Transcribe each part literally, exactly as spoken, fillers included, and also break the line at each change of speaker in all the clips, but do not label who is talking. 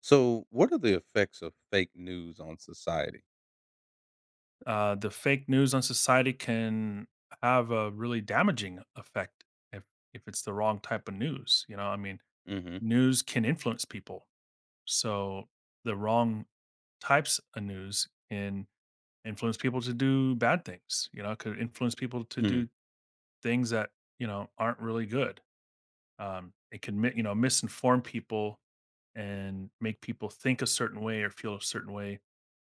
So, what are the effects of fake news on society?
uh, The fake news on society can have a really damaging effect if if it's the wrong type of news. You know, I mean,
Mm-hmm.
news can influence people, so the wrong types of news can influence people to do bad things. You know, it could influence people to
Mm-hmm.
do things that you know aren't really good. Um, it can mi- you know misinform people and make people think a certain way or feel a certain way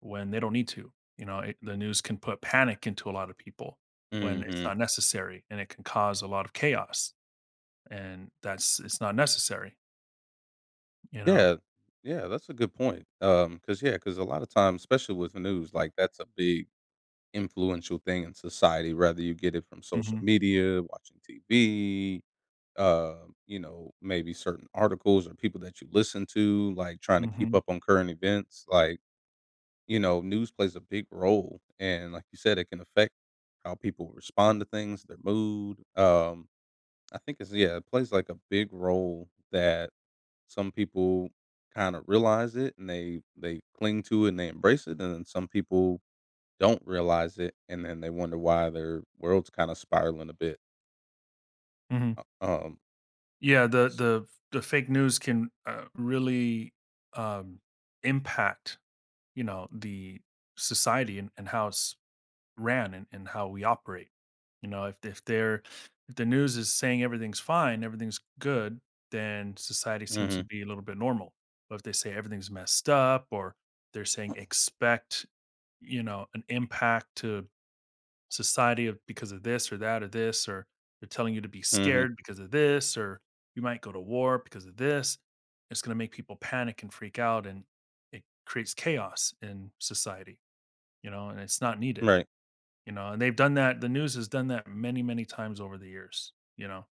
when they don't need to. You know, it, the news can put panic into a lot of people when it's
Mm-hmm.
not necessary, and it can cause a lot of chaos, and that's it's not necessary. You know.
Yeah, yeah, that's a good point. Um, cause yeah, cause a lot of times, especially with news, like that's a big influential thing in society. Whether you get it from social
Hmm.
media, watching T V, uh, you know, maybe certain articles or people that you listen to, like trying to keep
Hmm.
up on current events. Like you know, news plays a big role, and like you said, it can affect how people respond to things, their mood. Um, I think it's yeah, it plays like a big role that some people kind of realize it and they they cling to it and they embrace it, and then some people don't realize it, and then they wonder why their world's kind of spiraling a bit.
Hmm.
Uh, Um,
Yeah. The the the fake news can uh, really um, impact you know the society and, and how it's ran, and, and how we operate. You know, if if they're if the news is saying everything's fine, everything's good, then society seems
mm-hmm,
to be a little bit normal. But if they say everything's messed up, or they're saying expect, you know, an impact to society of because of this or that or this, or they're telling you to be
mm-hmm,
scared because of this, or you might go to war because of this, it's gonna make people panic and freak out, and it creates chaos in society, you know, and it's not needed.
right,
You know, and they've done that the news has done that many, many times over the years, you know?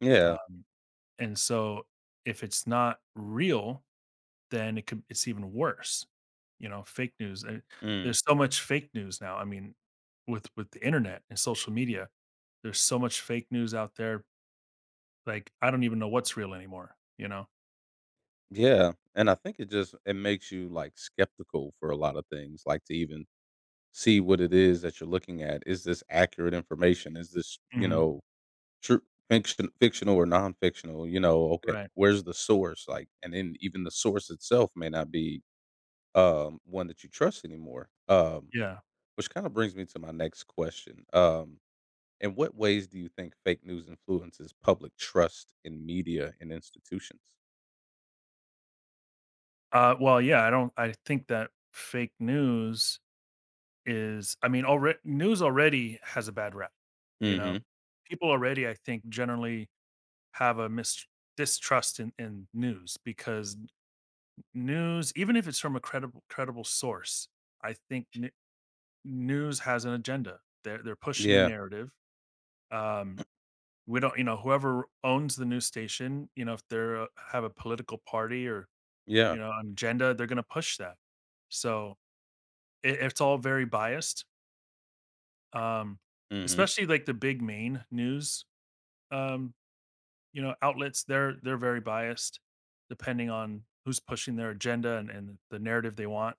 yeah,
Um, and so if it's not real, then it could it's even worse, you know, fake news, and
mm,
there's so much fake news now. I mean, with with the internet and social media, there's so much fake news out there, like, I don't even know what's real anymore, you know?
yeah, and I think it just it makes you like skeptical for a lot of things, like to even see what it is that you're looking at. Is this accurate information? Is this you
Mhm.
know true fiction fictional or non-fictional, you know, okay,
Right.
where's the source? Like, and then even the source itself may not be, um, one that you trust anymore. Um,
Yeah.
which kind of brings me to my next question. Um, in what ways do you think fake news influences public trust in media and institutions?
Uh, well, yeah, I don't I think that fake news Is I mean, alre news already has a bad rep, you know?
Mhm.
People already, I think, generally have a mis distrust in in news, because news, even if it's from a credible credible source, I think n news has an agenda. They're they're pushing a
Yeah.
narrative. Um, we don't You know, whoever owns the news station, you know, if they're, uh have a political party or, you
Yeah.
know, an agenda, they're gonna push that. So, I it's all very biased. Um,
Mhm.
especially like the big main news, um, you know, outlets, they're they're very biased depending on who's pushing their agenda, and, and, the narrative they want.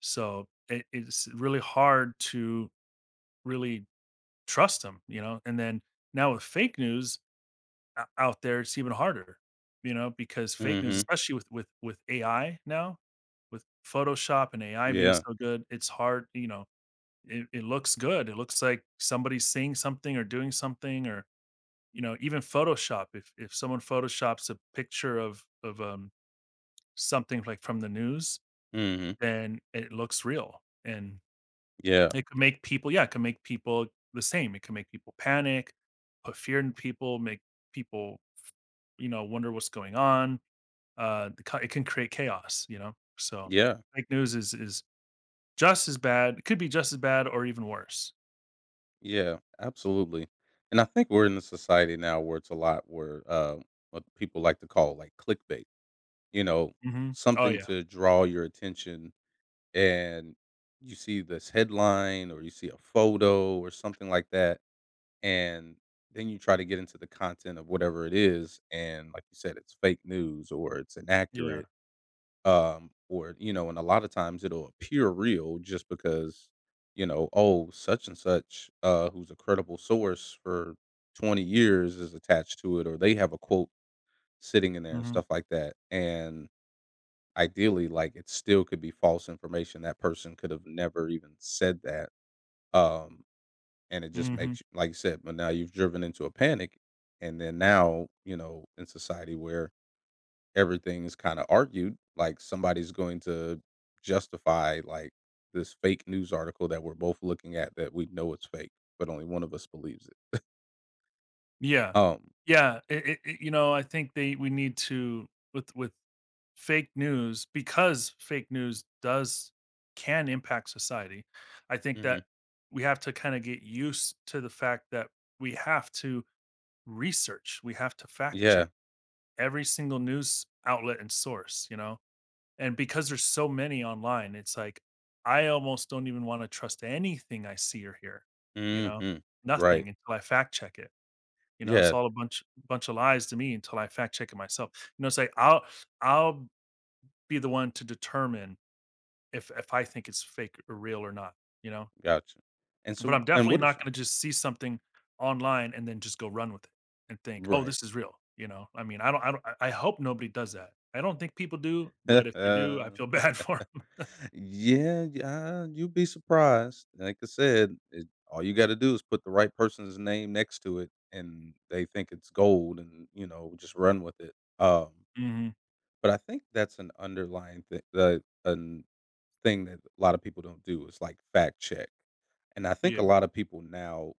So it, it's really hard to really trust them, you know. And then now with fake news o- out there, it's even harder, you know, because fake news,
Mhm.
especially with with with A I now, with Photoshop and A I being
Yeah.
so good, it's hard, you know, it, it looks good. It looks like somebody's seeing something or doing something, or you know even Photoshop. If if someone photoshops a picture of of um something like from the news,
Mhm.
then it looks real, and
Yeah.
it could make people, yeah, it can make people the same. It can make people panic, put fear in people, make people you know wonder what's going on. Uh, the ca- it can create chaos. You know, so
Yeah.
fake news is is just as bad. It could be just as bad or even worse.
Yeah, absolutely. And I think we're in a society now where it's a lot where uh, what people like to call like clickbait, you know,
Hmm. Oh
something
yeah,
to draw your attention. And you see this headline or you see a photo or something like that. And then you try to get into the content of whatever it is. And like you said, it's fake news or it's
yeah.
inaccurate um or you know and a lot of times it'll appear real just because you know oh such and such uh who's a credible source for twenty years is attached to it or they have a quote sitting in there and
Hmm.
stuff like that and ideally like it still could be false information that person could have never even said that um and it just
Mhm.
makes you like you said but now you've driven into a panic and then now you know in society where everything is kinda argued, like, somebody's going to justify, like, this fake news article that we're both looking at that we know it's fake, but only one of us believes it.
Yeah.
Um,
Yeah, it it it you know, I think they we need to, with with fake news, because fake news does can impact society. I think that
Mhm.
we have to kinda get used to the fact that we have to research, we have to fact check
yeah.
every single news outlet and source, you know? And because there's so many online, it's like, I almost don't even wanna trust anything I see or hear, you know?
Mhm.
Nothing
Right.
until I fact check it. You know, it's
Yeah,
all a bunch bunch of lies to me until I fact check it myself. You know, say I'll I'll be the one to determine if if I think it's fake or real or not, you know?
gotcha. And
But
so
I'm
and
definitely
what are
not
some
gonna just see something online and then just go run with it and think, "Oh,
right.
this is real," you know? I mean, I don't I don't I I hope nobody does that. I don't think people do, but if they do, I feel bad for 'em.
Yeah, yeah, you'd be surprised. Like I said, it all you gotta do is put the right person's name next to it, and they think it's gold and, you know, just run with it. Um
Mhm.
But I think that's an underlying thing. The an thing that a lot of people don't do is, like, fact check. And I think a
Yeah.
lot of people now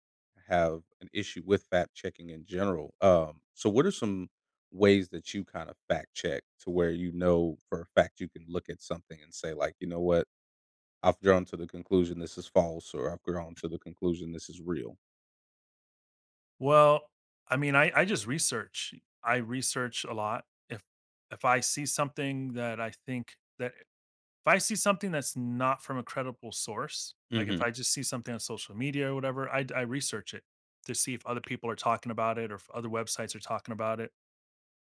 have an issue with fact checking in general. Um, so what are some ways that you kinda fact check to where you know for a fact you can look at something and say, like, "You know what? I've drawn to the conclusion this is false," or, "I've drawn to the conclusion this is real."
Well, I mean, I I just research. I research a lot. If if I see something that I think that If I see something that's not from a credible source, like if
Mhm,
I just see something on social media or whatever, I I research it to see if other people are talking about it, or if other websites are talking about it.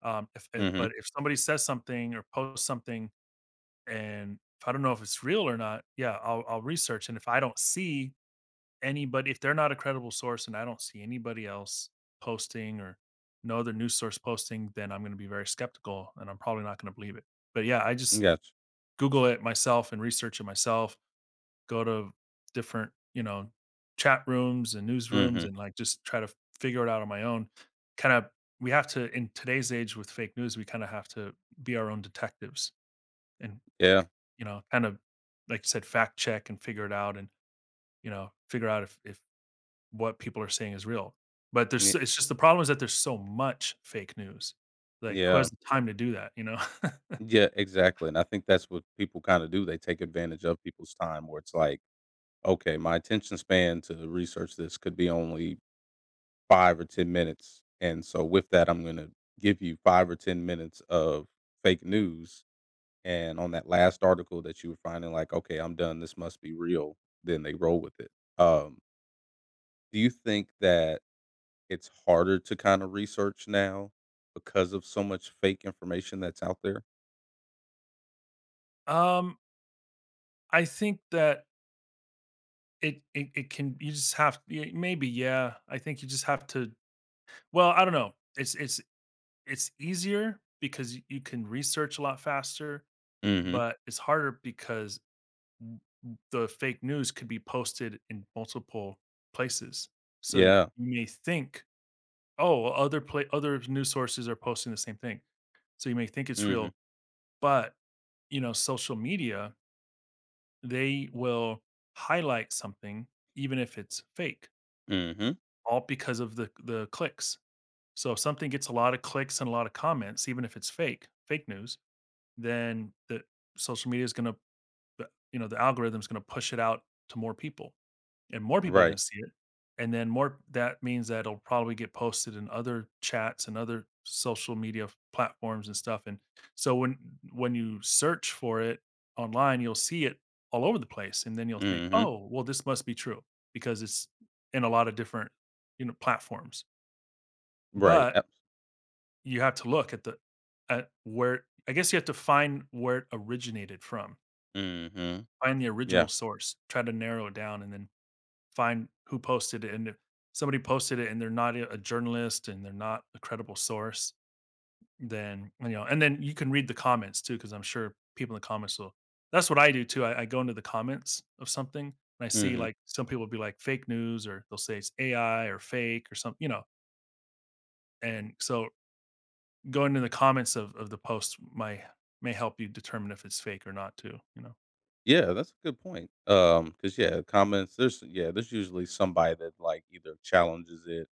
Um, if, if
mhm.
But if somebody says something or posts something, and if I don't know if it's real or not, yeah, I'll I'll research. And if I don't see anybody, if they're not a credible source and I don't see anybody else posting, or no other news source posting, then I'm going to be very skeptical, and I'm probably not going to believe it. But yeah, I just
Gotcha.
Google it myself and research it myself, go to different, you know, chat rooms and newsrooms,
Mhm.
and like just try to f- figure it out on my own. Kind of, we have to, in today's age with fake news, we kind of have to be our own detectives and,
Yeah.
you know, kind of, like you said, fact check and figure it out and, you know, figure out if, if what people are saying is real. But there's, so- it's just, the problem is that there's so much fake news. Like, who has
yeah.
the time to do that, you know?
Yeah, exactly, and I think that's what people kinda do, they take advantage of people's time where it's like, "Okay, my attention span to research this could be only five or ten minutes, and so with that, I'm gonna give you five or ten minutes of fake news," and on that last article that you were finding like, "Okay, I'm done, this must be real," then they roll with it. Um, do you think that it's harder to kinda research now because of so much fake information that's out there?
um, I think that it, it it can you just have y- maybe, yeah, I think you just have to. Well, I don't know. It's it's it's easier because y- you can research a lot faster,
Mhm.
but it's harder because w- w- the fake news could be posted in multiple places. So you
Yeah.
may think, oh, well, other pla other news sources are posting the same thing. So you may think it's real,
Mhm.
but you know, social media, they will highlight something even if it's fake,
Mhm.
all because of the the clicks. So if something gets a lot of clicks and a lot of comments, even if it's fake, fake news, then the social media is going to, you know, the algorithm is going to push it out to more people, and more people are going
Right.
to see it. And then more, that means that it'll probably get posted in other chats and other social media f- platforms and stuff. And so when, when you search for it online, you'll see it all over the place. And then you'll think,
Mhm.
oh, well, this must be true because it's in a lot of different, you know, platforms.
Right.
But you have to look at the at where, I guess you have to find where it originated from.
Mhm.
Find the original
Yeah.
source, try to narrow it down, and then find who posted it. And if somebody posted it and they're not a a journalist and they're not a credible source, then you know, and then you can read the comments too, because I'm sure people in the comments will that's what I do too. I, I go into the comments of something and I see,
Mhm.
like, some people will be like, fake news, or they'll say it's A I or fake or something, you know. And so going to the comments of of the post might may help you determine if it's fake or not too, you know?
Yeah, that's a good point. Um. Cause yeah, comments there's yeah, there's usually somebody that, like, either challenges it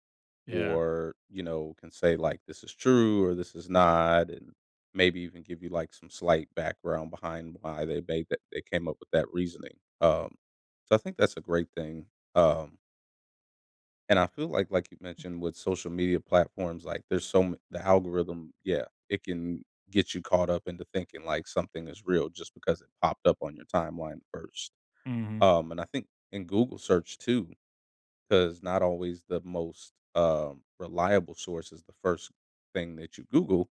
Yeah.
or, you know, can say, like, "This is true," or "This is not," and maybe even give you, like, some slight background behind why they made that they came up with that reasoning. Um, so I think that's a great thing. Um And I feel like like you mentioned with social media platforms, like there's so m the algorithm, yeah, it can get you caught up into thinking like something is real just because it popped up on your timeline first.
Mhm.
Um, and I think in Google search too, because not always the most, um, reliable source is the first thing that you Google.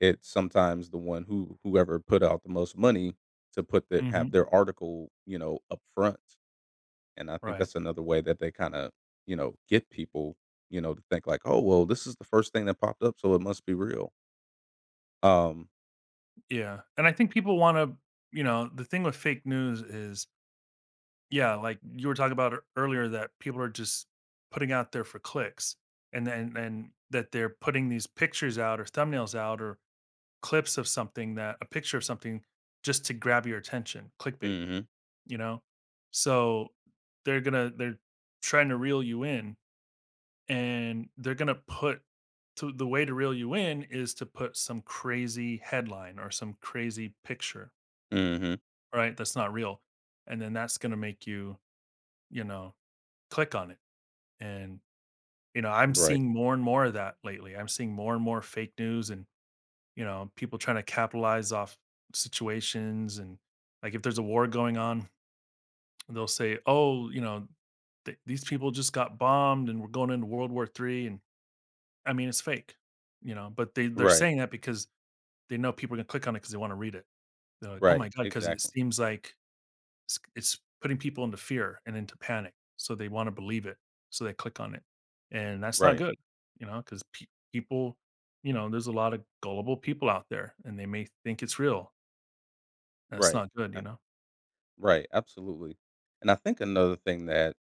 It's sometimes the one who whoever put out the most money to put that have
Mhm.
their article, you know, up front. And I think
Right.
that's another way that they kinda, you know, get people, you know, to think like, "Oh, well, this is the first thing that popped up, so it must be real." Um
Yeah. And I think people wanna you know, the thing with fake news is, yeah, like you were talking about ear earlier, that people are just putting out there for clicks, and then and that they're putting these pictures out or thumbnails out, or clips of something, that, a picture of something, just to grab your attention,
mm
clickbait,
Mhm.
you know? So, they're gonna they're trying to reel you in, and they're going to put, to the way to reel you in is to put some crazy headline or some crazy picture,
mm Mhm.
right, that's not real, and then that's going to make you you know click on it. And you know I'm
Right.
seeing more and more of that lately. I'm seeing more and more fake news, and you know, people trying to capitalize off situations, and like if there's a war going on, they'll say, oh, you know, th- these people just got bombed, and we're going into world war three, and I mean, it's fake, you know, but they they're
Right.
saying that because they know people are gonna click on it because they wanna read it. They're like, "Oh my
Right.
god," because it
Exactly.
seems like it's it's putting people into fear and into panic, so they wanna believe it, so they click on it, and that's not
Right.
good, you know, 'cause pe people, you know, there's a lot of gullible people out there, and they may think it's real, and it's
Right.
not good, you
Uh,
know?
right. Absolutely. And I think another thing that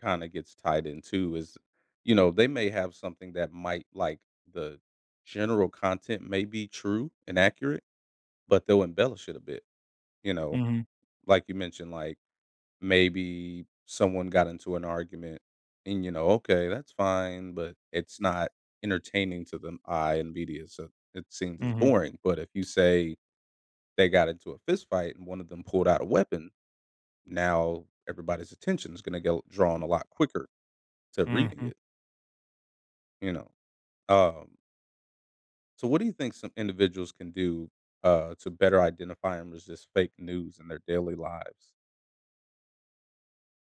kinda gets tied in too is, you know, they may have something that might like the general content may be true and accurate, but they'll embellish it a bit, you know?
Mhm,
Like you mentioned, like maybe someone got into an argument and, you know, okay, that's fine, but it's not entertaining to the eye and media, so it seems as
mhm,
boring. But if you say they got into a fist fight and one of them pulled out a weapon, now everybody's attention is gonna get drawn a lot quicker to reading
mhm.
it, you know? Um, so what do you think some individuals can do, uh, to better identify and resist fake news in their daily lives?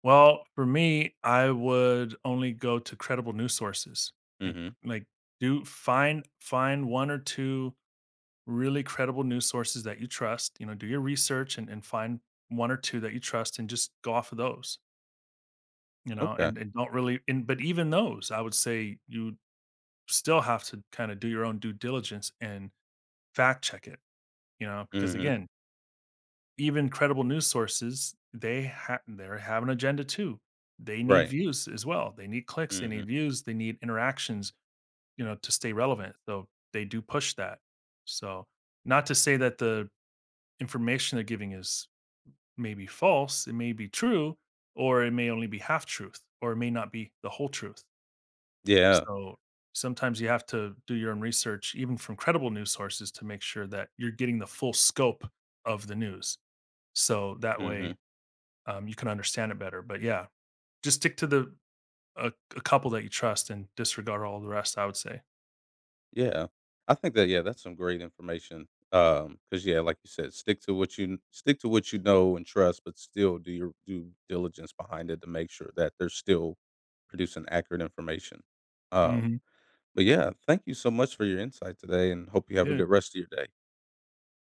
Well, for me, I would only go to credible news sources, like,
Mhm.
like, do find find one or two really credible news sources that you trust. You know do your research, and, and find one or two that you trust, and just go off of those. You know
Okay.
and, and don't really and But even those, I would say, you still have to kind of do your own due diligence and fact check it, you know because
Mhm.
again, even credible news sources, they ha- they have an agenda too. They need
Right.
views as well, they need clicks, they need
Mhm.
views, they need interactions, you know to stay relevant, so they do push that. So, not to say that the information they're giving is may be false, it may be true, or it may only be half truth, or it may not be the whole truth.
Yeah.
So sometimes you have to do your own research, even from credible news sources, to make sure that you're getting the full scope of the news. So that way,
Mhm.
um, you can understand it better. But yeah, just stick to the a, a couple that you trust and disregard all the rest, I would say.
Yeah. I think that yeah, that's some great information. um, Cause yeah, like you said, stick to what you stick to what you know and trust, but still do your due diligence behind it to make sure that they're still producing accurate information. Um,
Hmm.
but yeah, thank you so much for your insight today and hope you have a good
Yeah.
rest of your day.